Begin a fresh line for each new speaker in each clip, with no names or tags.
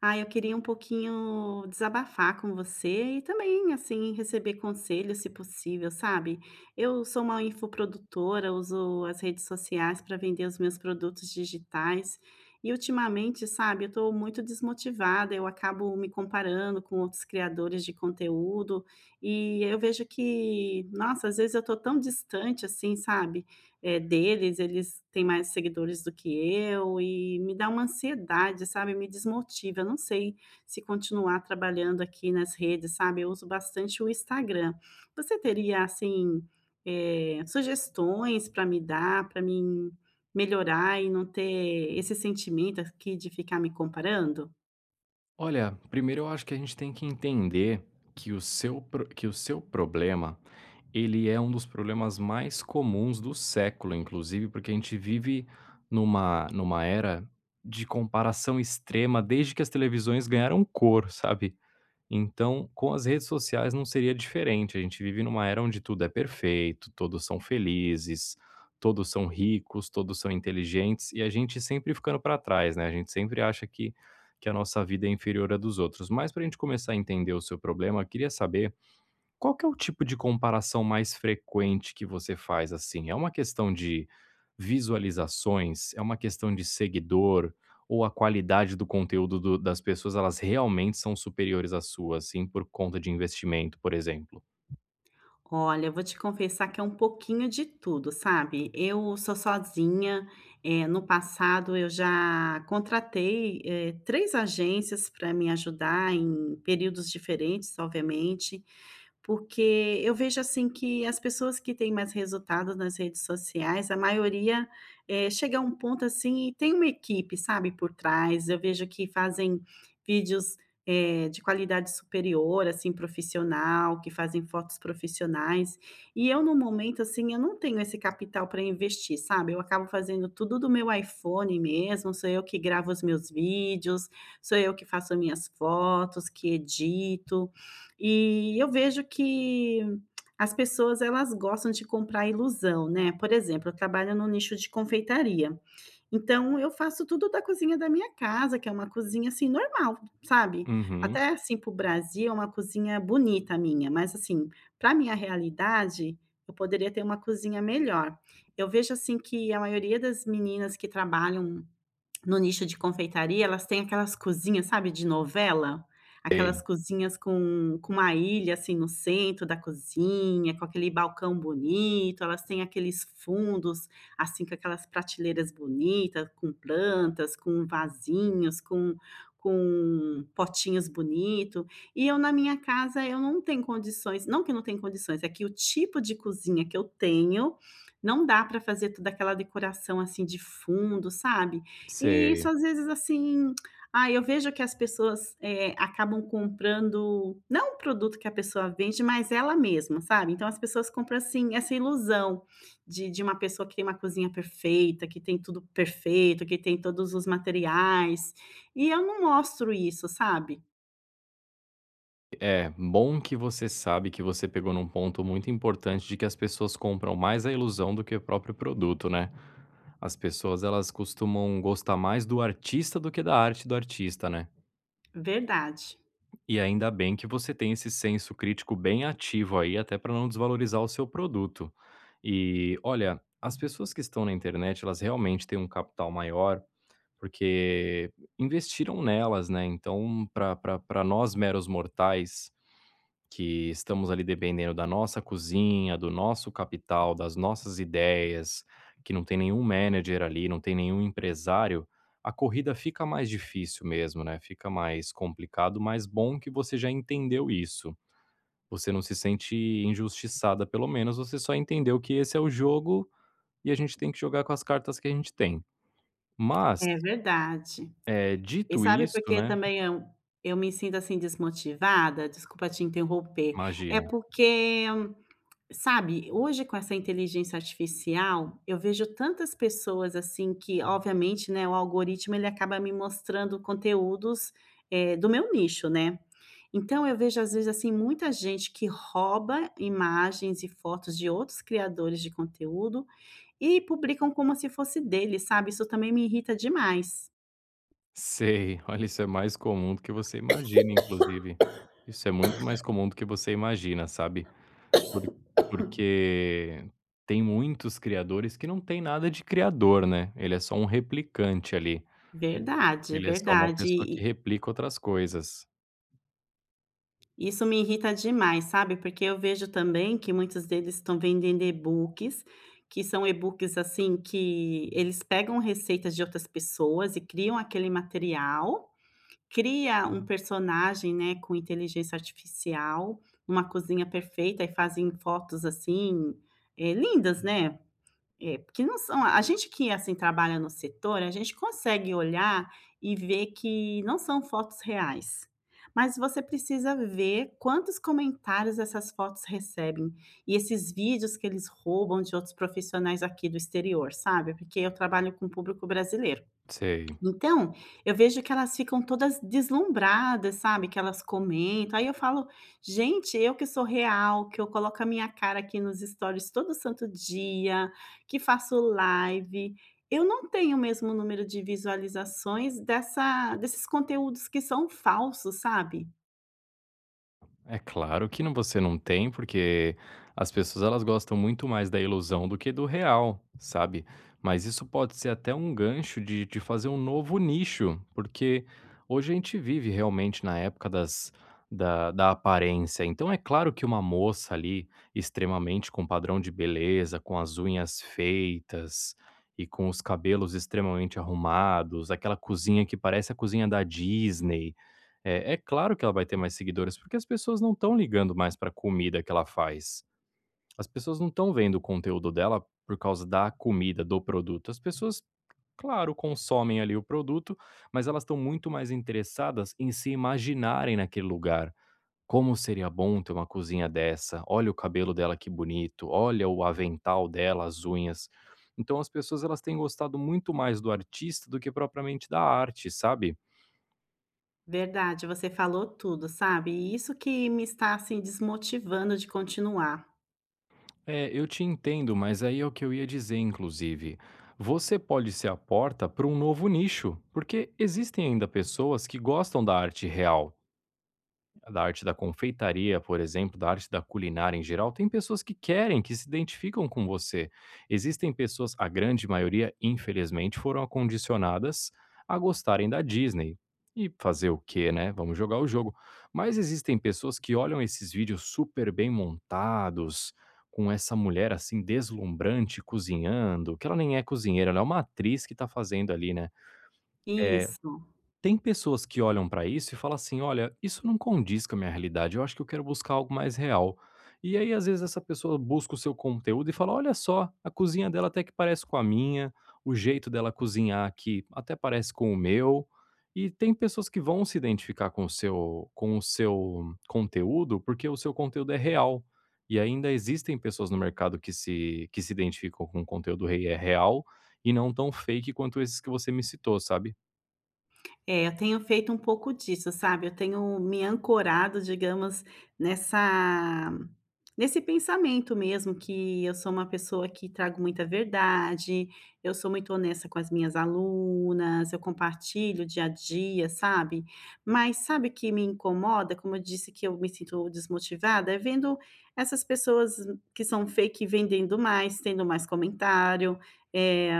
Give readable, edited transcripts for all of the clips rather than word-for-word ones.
Ah, eu queria um pouquinho desabafar com você e também, assim, receber conselhos, se possível, sabe? Eu sou uma infoprodutora, uso as redes sociais para vender os meus produtos digitais e, ultimamente, sabe, eu estou muito desmotivada, eu acabo me comparando com outros criadores de conteúdo e eu vejo que, nossa, às vezes eu estou tão distante, assim, sabe? Deles, eles têm mais seguidores do que eu e me dá uma ansiedade, sabe, me desmotiva. Eu não sei se continuar trabalhando aqui nas redes, sabe, eu uso bastante o Instagram. Você teria, assim, sugestões para me dar, para mim melhorar e não ter esse sentimento aqui de ficar me comparando?
Olha, primeiro eu acho que a gente tem que entender que o seu, que o seu problema, ele é um dos problemas mais comuns do século, inclusive, porque a gente vive numa era de comparação extrema desde que as televisões ganharam cor, sabe? Então, com as redes sociais não seria diferente. A gente vive numa era onde tudo é perfeito, todos são felizes, todos são ricos, todos são inteligentes e a gente sempre ficando para trás, né? A gente sempre acha que a nossa vida é inferior à dos outros. Mas para a gente começar a entender o seu problema, eu queria saber qual que é o tipo de comparação mais frequente que você faz, assim? É uma questão de visualizações? É uma questão de seguidor? Ou a qualidade do conteúdo do das pessoas, elas realmente são superiores à sua, assim, por conta de investimento, por exemplo?
Olha, eu vou te confessar que é um pouquinho de tudo, sabe. Eu sou sozinha, no passado eu já contratei, 3 agências para me ajudar em períodos diferentes, obviamente. Porque eu vejo, assim, que as pessoas que têm mais resultado nas redes sociais, a maioria, chega a um ponto, assim, e tem uma equipe, sabe, por trás. Eu vejo que fazem vídeos, de qualidade superior, assim, profissional, que fazem fotos profissionais. E eu, no momento, assim, eu não tenho esse capital para investir, sabe. Eu acabo fazendo tudo do meu iPhone mesmo, sou eu que gravo os meus vídeos, sou eu que faço minhas fotos, que edito. E eu vejo que as pessoas elas gostam de comprar ilusão, né. Por exemplo, eu trabalho no nicho de confeitaria, então eu faço tudo da cozinha da minha casa, que é uma cozinha, assim, normal, sabe.
Uhum.
Até, assim, para o Brasil é uma cozinha bonita minha, mas, assim, para minha realidade, eu poderia ter uma cozinha melhor. Eu vejo, assim, que a maioria das meninas que trabalham no nicho de confeitaria, elas têm aquelas cozinhas, sabe, de novela?
Sei,
Aquelas cozinhas com uma ilha, assim, no centro da cozinha, com aquele balcão bonito, elas têm aqueles fundos, assim, com aquelas prateleiras bonitas, com plantas, com vasinhos, com potinhos bonito. E eu na minha casa, eu não tenho condições não que eu não tenho condições, é que o tipo de cozinha que eu tenho, não dá para fazer toda aquela decoração, assim, de fundo, sabe? E isso
sei.
às vezes, assim, ah, eu vejo que as pessoas, acabam comprando, não o produto que a pessoa vende, mas ela mesma, sabe. Então as pessoas compram, assim, essa ilusão de uma pessoa que tem uma cozinha perfeita, que tem tudo perfeito, que tem todos os materiais, e eu não mostro isso, sabe.
É, bom que você sabe que você pegou num ponto muito importante de que as pessoas compram mais a ilusão do que o próprio produto, né. As pessoas, elas costumam gostar mais do artista do que da arte do artista, né.
Verdade.
E ainda bem que você tem esse senso crítico bem ativo aí, até para não desvalorizar o seu produto. E olha, as pessoas que estão na internet, elas realmente têm um capital maior, porque investiram nelas, né? Então, para nós meros mortais, que estamos ali dependendo da nossa cozinha, do nosso capital, das nossas ideias, que não tem nenhum manager ali, não tem nenhum empresário, a corrida fica mais difícil mesmo, né? Fica mais complicado, mas bom que você já entendeu isso. Você não se sente injustiçada, pelo menos você só entendeu que esse é o jogo e a gente tem que jogar com as cartas que a gente tem. Mas,
É verdade. E
dito
sabe
isso,
por que
né.
também eu me sinto, assim, desmotivada? Desculpa te interromper. É
Imagina.
porque sabe, hoje com essa inteligência artificial, eu vejo tantas pessoas assim que, obviamente, né, o algoritmo ele acaba me mostrando conteúdos, do meu nicho, né. Então eu vejo às vezes, assim, muita gente que rouba imagens e fotos de outros criadores de conteúdo e publicam como se fosse dele, sabe. Isso também me irrita demais.
Sei. Olha, isso é mais comum do que você imagina, inclusive. Isso é muito mais comum do que você imagina, sabe? Por- Porque tem muitos criadores que não tem nada de criador, né? Ele é só um replicante ali.
Verdade,
Ele é só uma pessoa que
verdade.
replica outras coisas.
Isso me irrita demais, sabe, porque eu vejo também que muitos deles estão vendendo e-books, que são e-books, assim, que eles pegam receitas de outras pessoas e criam aquele material, cria um personagem, né, com inteligência artificial, uma cozinha perfeita e fazem fotos, assim, lindas, né. É, porque não são a gente que, assim, trabalha no setor, a gente consegue olhar e ver que não são fotos reais, mas você precisa ver quantos comentários essas fotos recebem e esses vídeos que eles roubam de outros profissionais aqui do exterior, sabe, porque eu trabalho com o público brasileiro.
Sei.
Então, eu vejo que elas ficam todas deslumbradas, sabe, que elas comentam, aí eu falo: "Gente, eu que sou real, que eu coloco a minha cara aqui nos stories todo santo dia, que faço live, eu não tenho o mesmo número de visualizações dessa desses conteúdos que são falsos", sabe.
É claro que não, você não tem, porque as pessoas elas gostam muito mais da ilusão do que do real, sabe? Mas isso pode ser até um gancho de fazer um novo nicho, porque hoje a gente vive realmente na época das, da aparência. Então é claro que uma moça ali, extremamente com padrão de beleza, com as unhas feitas e com os cabelos extremamente arrumados, aquela cozinha que parece a cozinha da Disney, é, é claro que ela vai ter mais seguidores, porque as pessoas não estão ligando mais para a comida que ela faz. As pessoas não estão vendo o conteúdo dela por causa da comida, do produto. As pessoas, claro, consomem ali o produto, mas elas estão muito mais interessadas em se imaginarem naquele lugar. Como seria bom ter uma cozinha dessa? Olha o cabelo dela, que bonito, olha o avental dela, as unhas. Então as pessoas elas têm gostado muito mais do artista do que propriamente da arte, sabe?
Verdade, você falou tudo, sabe, e isso que me está, assim, desmotivando de continuar.
É, eu te entendo, mas aí é o que eu ia dizer, inclusive. Você pode ser a porta para um novo nicho, porque existem ainda pessoas que gostam da arte real. Da arte da confeitaria, por exemplo, da arte da culinária em geral, tem pessoas que querem, que se identificam com você. Existem pessoas, a grande maioria, infelizmente, foram acondicionadas a gostarem da Disney. E fazer o quê, né? Vamos jogar o jogo. Mas existem pessoas que olham esses vídeos super bem montados, com essa mulher assim deslumbrante cozinhando, que ela nem é cozinheira, ela é uma atriz que tá fazendo ali, né?
Isso.
Tem pessoas que olham pra isso e falam assim: "Olha, isso não condiz com a minha realidade, eu acho que eu quero buscar algo mais real". E aí, às vezes, essa pessoa busca o seu conteúdo e fala: "Olha só, a cozinha dela até que parece com a minha, o jeito dela cozinhar aqui até parece com o meu". E tem pessoas que vão se identificar com o seu conteúdo, porque o seu conteúdo é real. E ainda existem pessoas no mercado que se identificam com o conteúdo rei é real e não tão fake quanto esses que você me citou, sabe?
É, eu tenho feito um pouco disso, sabe, eu tenho me ancorado, digamos, nessa nesse pensamento mesmo que eu sou uma pessoa que trago muita verdade, eu sou muito honesta com as minhas alunas, eu compartilho o dia a dia, sabe. Mas sabe o que me incomoda, como eu disse que eu me sinto desmotivada, é vendo essas pessoas que são fake vendendo mais, tendo mais comentário, eh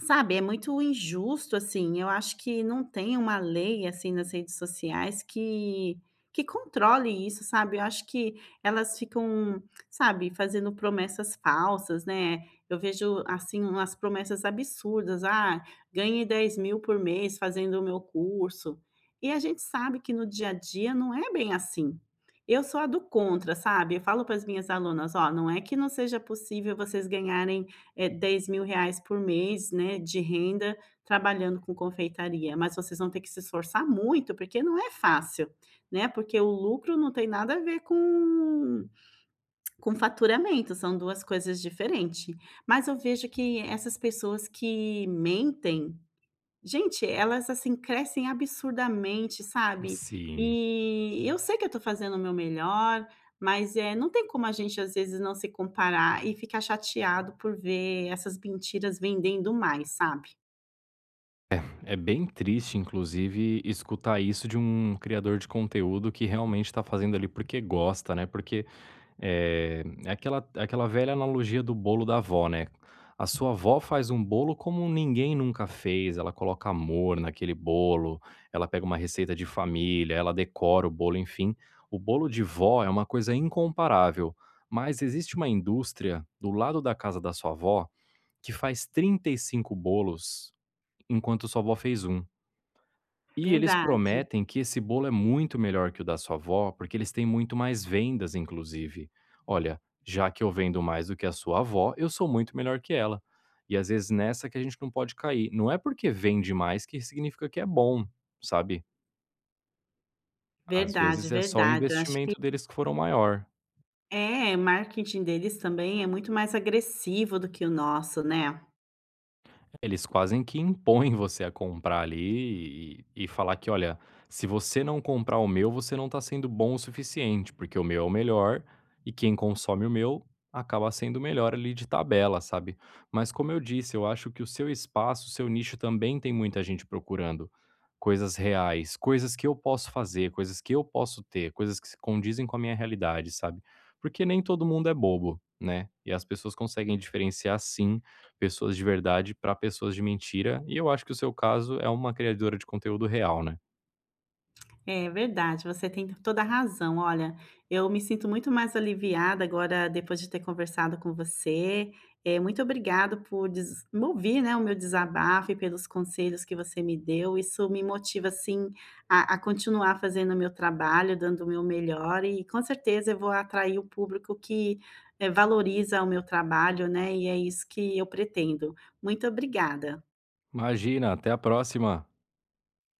sabe, é muito injusto, assim, eu acho que não tem uma lei, assim, nas redes sociais que controle isso, sabe. Eu acho que elas ficam, sabe, fazendo promessas falsas, né. Eu vejo, assim, umas promessas absurdas: "Ah, ganhe 10 mil por mês fazendo o meu curso". E a gente sabe que no dia a dia não é bem assim. Eu sou a do contra, sabe. Eu falo para as minhas alunas: "Ó, não é que não seja possível vocês ganharem 10 mil reais por mês, né, de renda trabalhando com confeitaria, mas vocês vão ter que se esforçar muito, porque não é fácil, né, porque o lucro não tem nada a ver com faturamento, são 2 coisas diferentes. Mas eu vejo que essas pessoas que mentem, gente, elas, assim, crescem absurdamente, sabe.
Sim.
E eu sei que eu estou fazendo o meu melhor, mas, é não tem como a gente, às vezes, não se comparar e ficar chateado por ver essas mentiras vendendo mais, sabe.
É, é bem triste, inclusive, escutar isso de um criador de conteúdo que realmente está fazendo ali porque gosta, né? Porque é aquela velha analogia do bolo da avó, né? A sua avó faz um bolo como ninguém nunca fez. Ela coloca amor naquele bolo, ela pega uma receita de família, ela decora o bolo, enfim. O bolo de vó é uma coisa incomparável. Mas existe uma indústria do lado da casa da sua avó que faz 35 bolos enquanto sua avó fez um. E eles
Verdade,
prometem que esse bolo é muito melhor que o da sua avó, porque eles têm muito mais vendas, inclusive. Olha, já que eu vendo mais do que a sua avó, eu sou muito melhor que ela. E às vezes nessa que a gente não pode cair. Não é porque vende mais que significa que é bom, sabe? Às vezes
verdade,
é só o
verdade. Eu acho que
investimento deles que foram maior.
é, o marketing deles também é muito mais agressivo do que o nosso, né.
Eles quase que impõem você a comprar ali e falar que: "Olha, se você não comprar o meu, você não está sendo bom o suficiente, porque o meu é o melhor e quem consome o meu acaba sendo o melhor ali de tabela", sabe. Mas como eu disse, eu acho que o seu espaço, o seu nicho também tem muita gente procurando coisas reais, coisas que eu posso fazer, coisas que eu posso ter, coisas que se condizem com a minha realidade, sabe. Porque nem todo mundo é bobo, né, e as pessoas conseguem diferenciar sim pessoas de verdade para pessoas de mentira, e eu acho que o seu caso é uma criadora de conteúdo real, né.
É verdade, você tem toda a razão. Olha, eu me sinto muito mais aliviada agora depois de ter conversado com você. É muito obrigado por des me ouvir, né, o meu desabafo e pelos conselhos que você me deu. Isso me motiva, assim, a continuar fazendo o meu trabalho, dando o meu melhor e com certeza eu vou atrair o público que, valoriza o meu trabalho, né, e é isso que eu pretendo. Muito obrigada.
Imagina, até a próxima.